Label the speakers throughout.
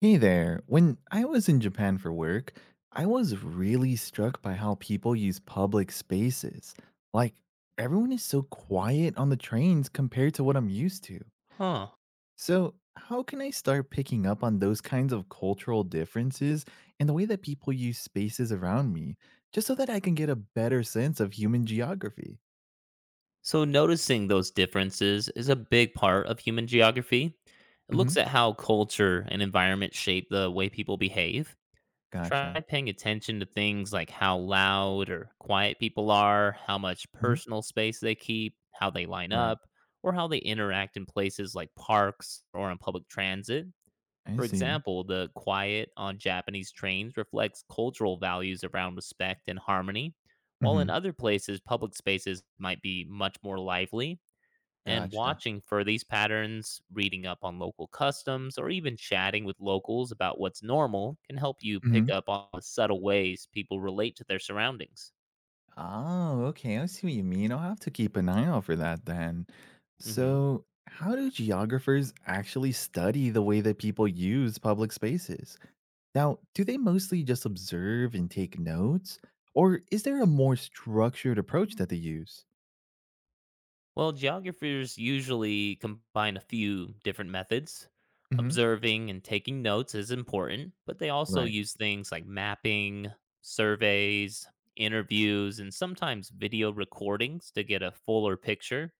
Speaker 1: Hey there. When I was in Japan for work, I was really struck by how people use public spaces. Like, Everyone is so quiet on the trains compared to what I'm used to.
Speaker 2: Huh.
Speaker 1: So, how can I start picking up on those kinds of cultural differences and the way that people use spaces around me, just so that I can get a better sense of human geography?
Speaker 2: So, noticing those differences is a big part of human geography. It looks at
Speaker 1: Hmm.
Speaker 2: how culture and environment shape the way people behave. Try
Speaker 1: Gotcha.
Speaker 2: paying attention to things like how loud or quiet people are, how much
Speaker 1: Hmm.
Speaker 2: personal space they keep, how they line
Speaker 1: Right.
Speaker 2: up, or how they interact in places like parks or on public transit.
Speaker 1: I
Speaker 2: For
Speaker 1: see.
Speaker 2: example, the quiet on Japanese trains reflects cultural values around respect and harmony, while in
Speaker 1: Hmm.
Speaker 2: other places, public spaces might be much more lively. And
Speaker 1: Gotcha.
Speaker 2: watching for these patterns, reading up on local customs, or even chatting with locals about what's normal can help you pick
Speaker 1: Mm-hmm.
Speaker 2: up on the subtle ways people relate to their surroundings.
Speaker 1: Oh, okay. I see what you mean. I'll have to keep an eye out for that then.
Speaker 2: Mm-hmm.
Speaker 1: So, how do geographers actually study the way that people use public spaces? Now, do they mostly just observe and take notes? Or is there a more structured approach that they use?
Speaker 2: Well, geographers usually combine a few different methods.
Speaker 1: Hmm.
Speaker 2: Observing and taking notes is important, but they also
Speaker 1: Right.
Speaker 2: use things like mapping, surveys, interviews, and sometimes video recordings to get a fuller picture.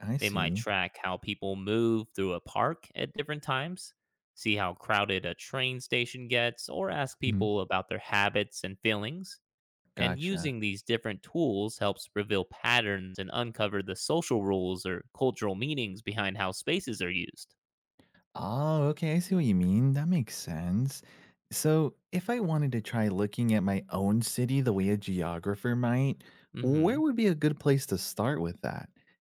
Speaker 1: I
Speaker 2: They might
Speaker 1: see.
Speaker 2: track how people move through a park at different times, see how crowded a train station gets, or ask
Speaker 1: Mhm.
Speaker 2: people about their habits and feelings. And
Speaker 1: Gotcha.
Speaker 2: using these different tools helps reveal patterns and uncover the social rules or cultural meanings behind how spaces are used.
Speaker 1: Oh, okay. I see what you mean. That makes sense. So, if I wanted to try looking at my own city the way a geographer might, where
Speaker 2: Hmm.
Speaker 1: would be a good place to start with that?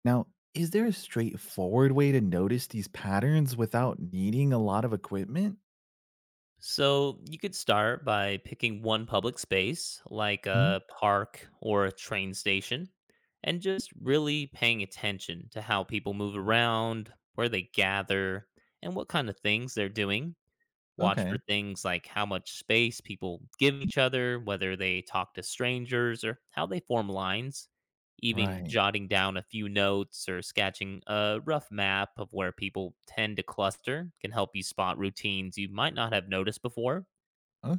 Speaker 1: Now, is there a straightforward way to notice these patterns without needing a lot of equipment?
Speaker 2: So you could start by picking one public space, like
Speaker 1: Mhm.
Speaker 2: a park or a train station, and just really paying attention to how people move around, where they gather, and what kind of things they're doing. Watch for
Speaker 1: Okay.
Speaker 2: things like how much space people give each other, whether they talk to strangers, or how they form lines. Even
Speaker 1: Right.
Speaker 2: jotting down a few notes or sketching a rough map of where people tend to cluster can help you spot routines you might not have noticed before.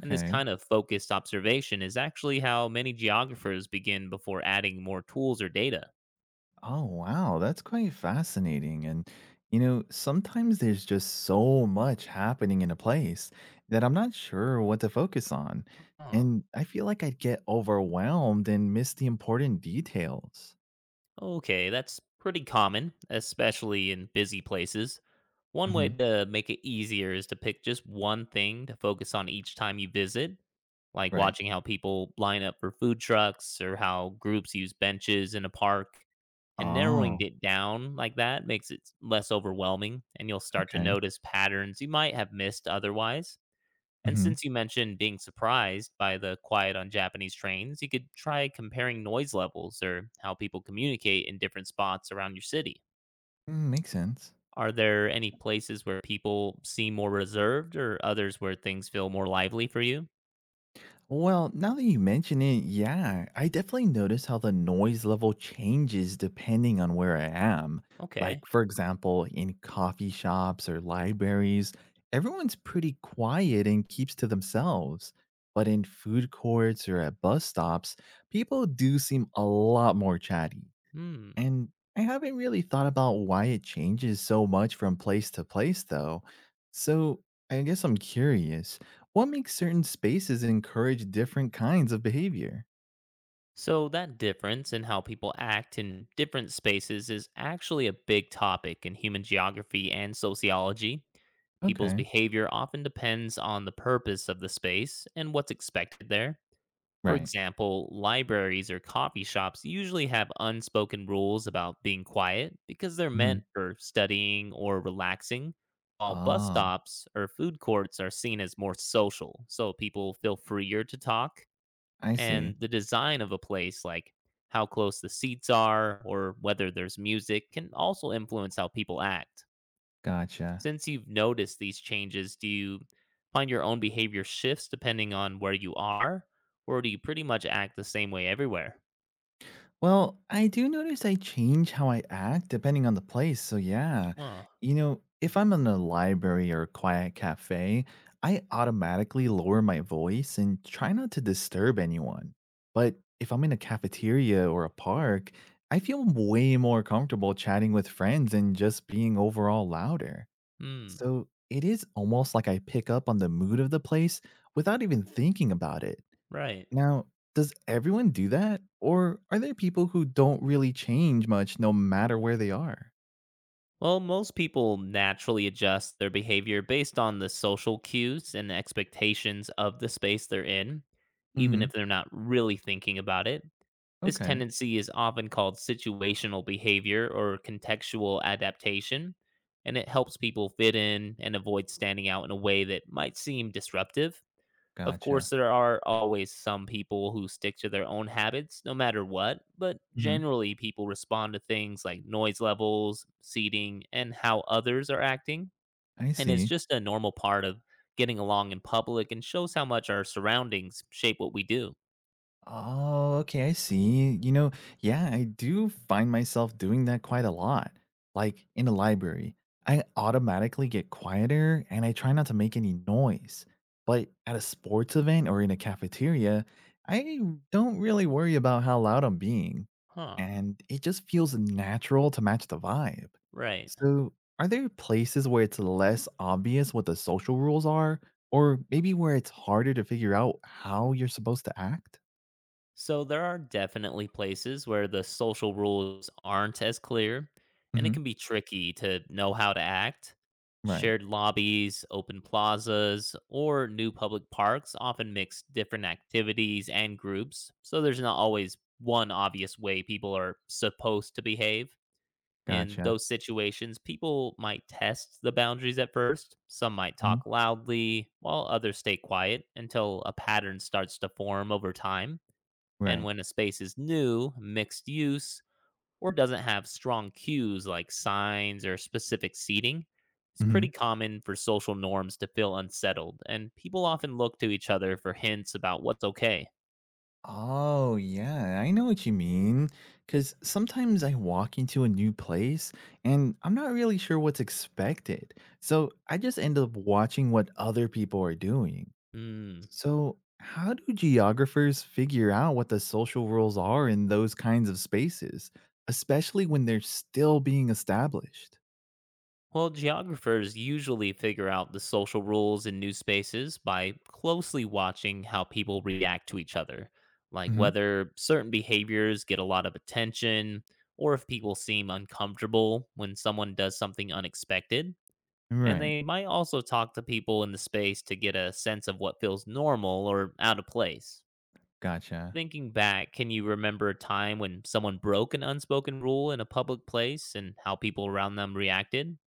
Speaker 2: And this kind of focused observation is actually how many geographers begin before adding more tools or data.
Speaker 1: Oh, wow. That's quite fascinating. And, sometimes there's just so much happening in a place that I'm not sure what to focus on.
Speaker 2: Huh.
Speaker 1: And I feel like I'd get overwhelmed and miss the important details.
Speaker 2: Okay, that's pretty common, especially in busy places. One way
Speaker 1: Hmm.
Speaker 2: to make it easier is to pick just one thing to focus on each time you visit, like
Speaker 1: Right.
Speaker 2: watching how people line up for food trucks or how groups use benches in a park. And narrowing
Speaker 1: Oh,
Speaker 2: it down like that makes it less overwhelming, and you'll start to
Speaker 1: okay.
Speaker 2: notice patterns you might have missed otherwise. And
Speaker 1: Hmm.
Speaker 2: since you mentioned being surprised by the quiet on Japanese trains, you could try comparing noise levels or how people communicate in different spots around your city.
Speaker 1: Mm, makes sense.
Speaker 2: Are there any places where people seem more reserved or others where things feel more lively for you?
Speaker 1: Well, now that you mention it, yeah, I definitely notice how the noise level changes depending on where I am.
Speaker 2: Okay.
Speaker 1: Like, for example, in coffee shops or libraries, everyone's pretty quiet and keeps to themselves. But in food courts or at bus stops, people do seem a lot more chatty.
Speaker 2: Hmm.
Speaker 1: And I haven't really thought about why it changes so much from place to place, though. So I guess I'm curious what makes certain spaces encourage different kinds of behavior?
Speaker 2: So, that difference in how people act in different spaces is actually a big topic in human geography and sociology. People's
Speaker 1: Okay.
Speaker 2: behavior often depends on the purpose of the space and what's expected there. For
Speaker 1: Right.
Speaker 2: example, libraries or coffee shops usually have unspoken rules about being quiet because they're meant
Speaker 1: Mhm.
Speaker 2: for studying or relaxing, while bus
Speaker 1: Oh,
Speaker 2: stops or food courts are seen as more social, so people feel freer to talk.
Speaker 1: I see.
Speaker 2: And the design of a place, like how close the seats are or whether there's music, can also influence how people act.
Speaker 1: Gotcha.
Speaker 2: Since you've noticed these changes, do you find your own behavior shifts depending on where you are, or do you pretty much act the same way everywhere?
Speaker 1: Well, I do notice I change how I act depending on the place. So, yeah,
Speaker 2: Huh.
Speaker 1: if I'm in a library or a quiet cafe, I automatically lower my voice and try not to disturb anyone. But if I'm in a cafeteria or a park, I feel way more comfortable chatting with friends and just being overall louder.
Speaker 2: Hmm.
Speaker 1: So, it is almost like I pick up on the mood of the place without even thinking about it.
Speaker 2: Right.
Speaker 1: Now, does everyone do that? Or are there people who don't really change much no matter where they are?
Speaker 2: Well, most people naturally adjust their behavior based on the social cues and the expectations of the space they're in, even
Speaker 1: Hmm.
Speaker 2: if they're not really thinking about it. This
Speaker 1: Okay.
Speaker 2: tendency is often called situational behavior or contextual adaptation, and it helps people fit in and avoid standing out in a way that might seem disruptive. Of course,
Speaker 1: Gotcha.
Speaker 2: there are always some people who stick to their own habits no matter what, but
Speaker 1: Hmm.
Speaker 2: generally people respond to things like noise levels, seating, and how others are acting.
Speaker 1: I
Speaker 2: And it's
Speaker 1: see.
Speaker 2: just a normal part of getting along in public and shows how much our surroundings shape what we do.
Speaker 1: Oh, okay, I see. Yeah, I do find myself doing that quite a lot. Like in a library, I automatically get quieter and I try not to make any noise. But at a sports event or in a cafeteria, I don't really worry about how loud I'm being.
Speaker 2: Huh,
Speaker 1: And it just feels natural to match the vibe.
Speaker 2: right.
Speaker 1: So, are there places where it's less obvious what the social rules are, or maybe where it's harder to figure out how you're supposed to act?
Speaker 2: So there are definitely places where the social rules aren't as clear, and it
Speaker 1: Mhm.
Speaker 2: can be tricky to know how to act.
Speaker 1: Right.
Speaker 2: Shared lobbies, open plazas, or new public parks often mix different activities and groups, so there's not always one obvious way people are supposed to behave. In
Speaker 1: Gotcha.
Speaker 2: those situations, people might test the boundaries at first. Some might
Speaker 1: Mhm.
Speaker 2: talk loudly, while others stay quiet until a pattern starts to form over time. And
Speaker 1: Right.
Speaker 2: when a space is new, mixed use, or doesn't have strong cues like signs or specific seating, it's
Speaker 1: Mhm.
Speaker 2: pretty common for social norms to feel unsettled, and people often look to each other for hints about what's okay.
Speaker 1: Oh, yeah, I know what you mean. Cause sometimes I walk into a new place and I'm not really sure what's expected. So I just end up watching what other people are doing.
Speaker 2: Hmm.
Speaker 1: So, how do geographers figure out what the social rules are in those kinds of spaces, especially when they're still being established?
Speaker 2: Well, geographers usually figure out the social rules in new spaces by closely watching how people react to each other, like
Speaker 1: Mhm.
Speaker 2: whether certain behaviors get a lot of attention or if people seem uncomfortable when someone does something unexpected. And
Speaker 1: Right.
Speaker 2: they might also talk to people in the space to get a sense of what feels normal or out of place.
Speaker 1: Gotcha.
Speaker 2: Thinking back, can you remember a time when someone broke an unspoken rule in a public place and how people around them reacted?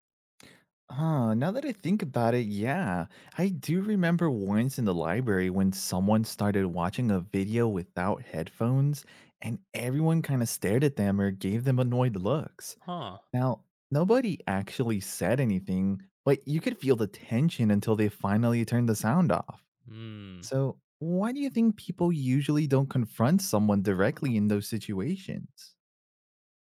Speaker 1: Huh, now that I think about it, yeah. I do remember once in the library when someone started watching a video without headphones and everyone kind of stared at them or gave them annoyed looks.
Speaker 2: Huh.
Speaker 1: Now, nobody actually said anything, but you could feel the tension until they finally turned the sound off.
Speaker 2: Hmm.
Speaker 1: So, why do you think people usually don't confront someone directly in those situations?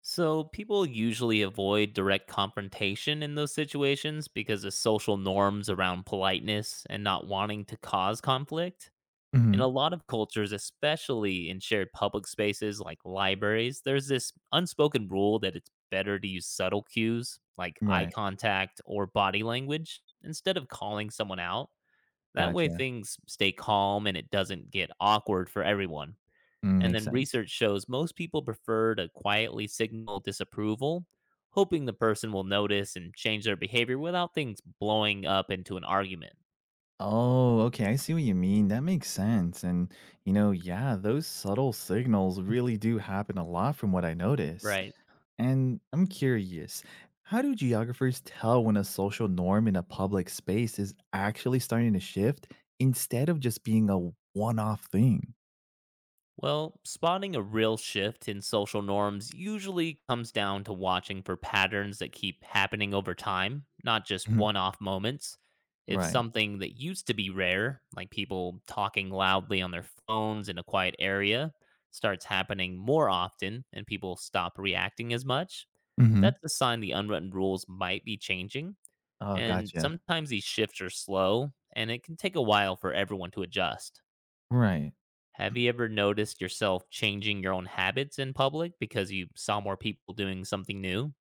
Speaker 2: So, people usually avoid direct confrontation in those situations because of social norms around politeness and not wanting to cause conflict. In
Speaker 1: Mhm.
Speaker 2: a lot of cultures, especially in shared public spaces like libraries, there's this unspoken rule that it's better to use subtle cues like eye
Speaker 1: Right.
Speaker 2: contact or body language instead of calling someone out. That way,
Speaker 1: Gotcha.
Speaker 2: things stay calm and it doesn't get awkward for everyone.
Speaker 1: Mm,
Speaker 2: And
Speaker 1: makes
Speaker 2: then
Speaker 1: sense.
Speaker 2: research shows most people prefer to quietly signal disapproval, hoping the person will notice and change their behavior without things blowing up into an argument.
Speaker 1: Oh, okay. I see what you mean. That makes sense. And, yeah, those subtle signals really do happen a lot from what I notice.
Speaker 2: Right.
Speaker 1: And I'm curious, how do geographers tell when a social norm in a public space is actually starting to shift instead of just being a one off thing?
Speaker 2: Well, spotting a real shift in social norms usually comes down to watching for patterns that keep happening over time, not just
Speaker 1: Mhm.
Speaker 2: one off moments. If
Speaker 1: Right.
Speaker 2: something that used to be rare, like people talking loudly on their phones in a quiet area, starts happening more often and people stop reacting as much,
Speaker 1: Hmm.
Speaker 2: that's a sign the unwritten rules might be changing.
Speaker 1: Oh,
Speaker 2: And
Speaker 1: gotcha.
Speaker 2: sometimes these shifts are slow and it can take a while for everyone to adjust.
Speaker 1: Right.
Speaker 2: Have you ever noticed yourself changing your own habits in public because you saw more people doing something new?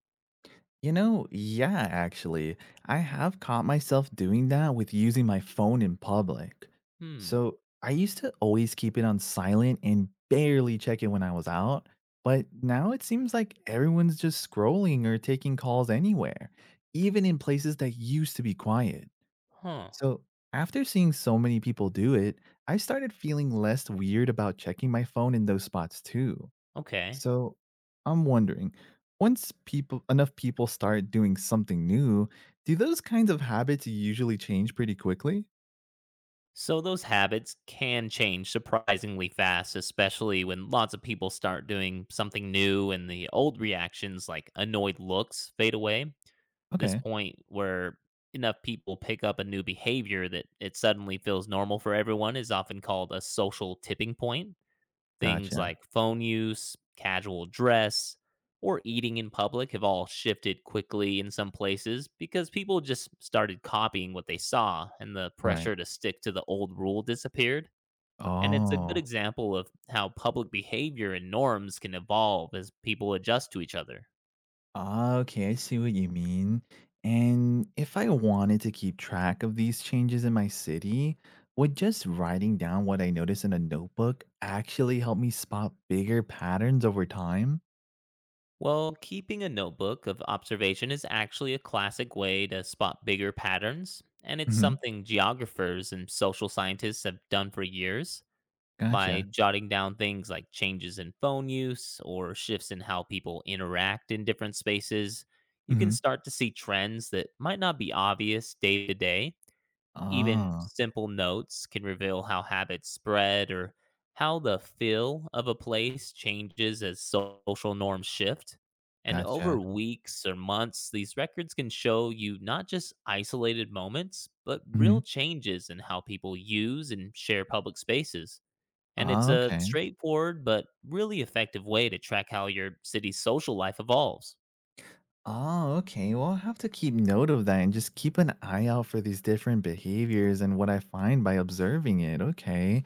Speaker 1: Yeah, actually, I have caught myself doing that with using my phone in public.
Speaker 2: Hmm.
Speaker 1: So I used to always keep it on silent and barely check it when I was out. But now it seems like everyone's just scrolling or taking calls anywhere, even in places that used to be quiet.
Speaker 2: Huh.
Speaker 1: So after seeing so many people do it, I started feeling less weird about checking my phone in those spots too.
Speaker 2: Okay.
Speaker 1: So I'm wondering, once people enough people start doing something new, do those kinds of habits usually change pretty quickly?
Speaker 2: So those habits can change surprisingly fast, especially when lots of people start doing something new and the old reactions like annoyed looks fade away. This
Speaker 1: Okay.
Speaker 2: point where enough people pick up a new behavior that it suddenly feels normal for everyone is often called a social tipping point. Things
Speaker 1: Gotcha.
Speaker 2: like phone use, casual dress, or eating in public have all shifted quickly in some places because people just started copying what they saw and the
Speaker 1: Right.
Speaker 2: pressure to stick to the old rule disappeared. And it's a good
Speaker 1: Oh.
Speaker 2: example of how public behavior and norms can evolve as people adjust to each other.
Speaker 1: Ah, okay, I see what you mean. And if I wanted to keep track of these changes in my city, would just writing down what I notice in a notebook actually help me spot bigger patterns over time?
Speaker 2: Well, keeping a notebook of observation is actually a classic way to spot bigger patterns, and it's
Speaker 1: Hmm.
Speaker 2: something geographers and social scientists have done for years. By
Speaker 1: Gotcha.
Speaker 2: jotting down things like changes in phone use or shifts in how people interact in different spaces, you can
Speaker 1: Hmm.
Speaker 2: start to see trends that might not be obvious day to day. Even
Speaker 1: Ah,
Speaker 2: simple notes can reveal how habits spread or how the feel of a place changes as social norms shift. And over
Speaker 1: gotcha.
Speaker 2: weeks or months, these records can show you not just isolated moments, but
Speaker 1: Hmm.
Speaker 2: real changes in how people use and share public spaces. And it's
Speaker 1: Ah,
Speaker 2: a
Speaker 1: okay.
Speaker 2: straightforward but really effective way to track how your city's social life evolves.
Speaker 1: Oh, okay. Well, I'll have to keep note of that and just keep an eye out for these different behaviors and what I find by observing it. Okay.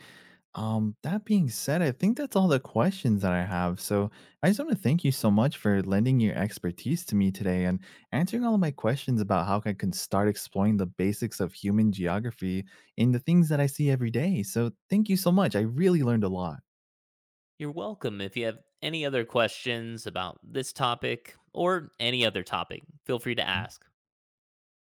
Speaker 1: That being said, I think that's all the questions that I have. So I just want to thank you so much for lending your expertise to me today and answering all of my questions about how I can start exploring the basics of human geography in the things that I see every day. So thank you so much. I really learned a lot.
Speaker 2: You're welcome. If you have any other questions about this topic or any other topic, feel free to ask.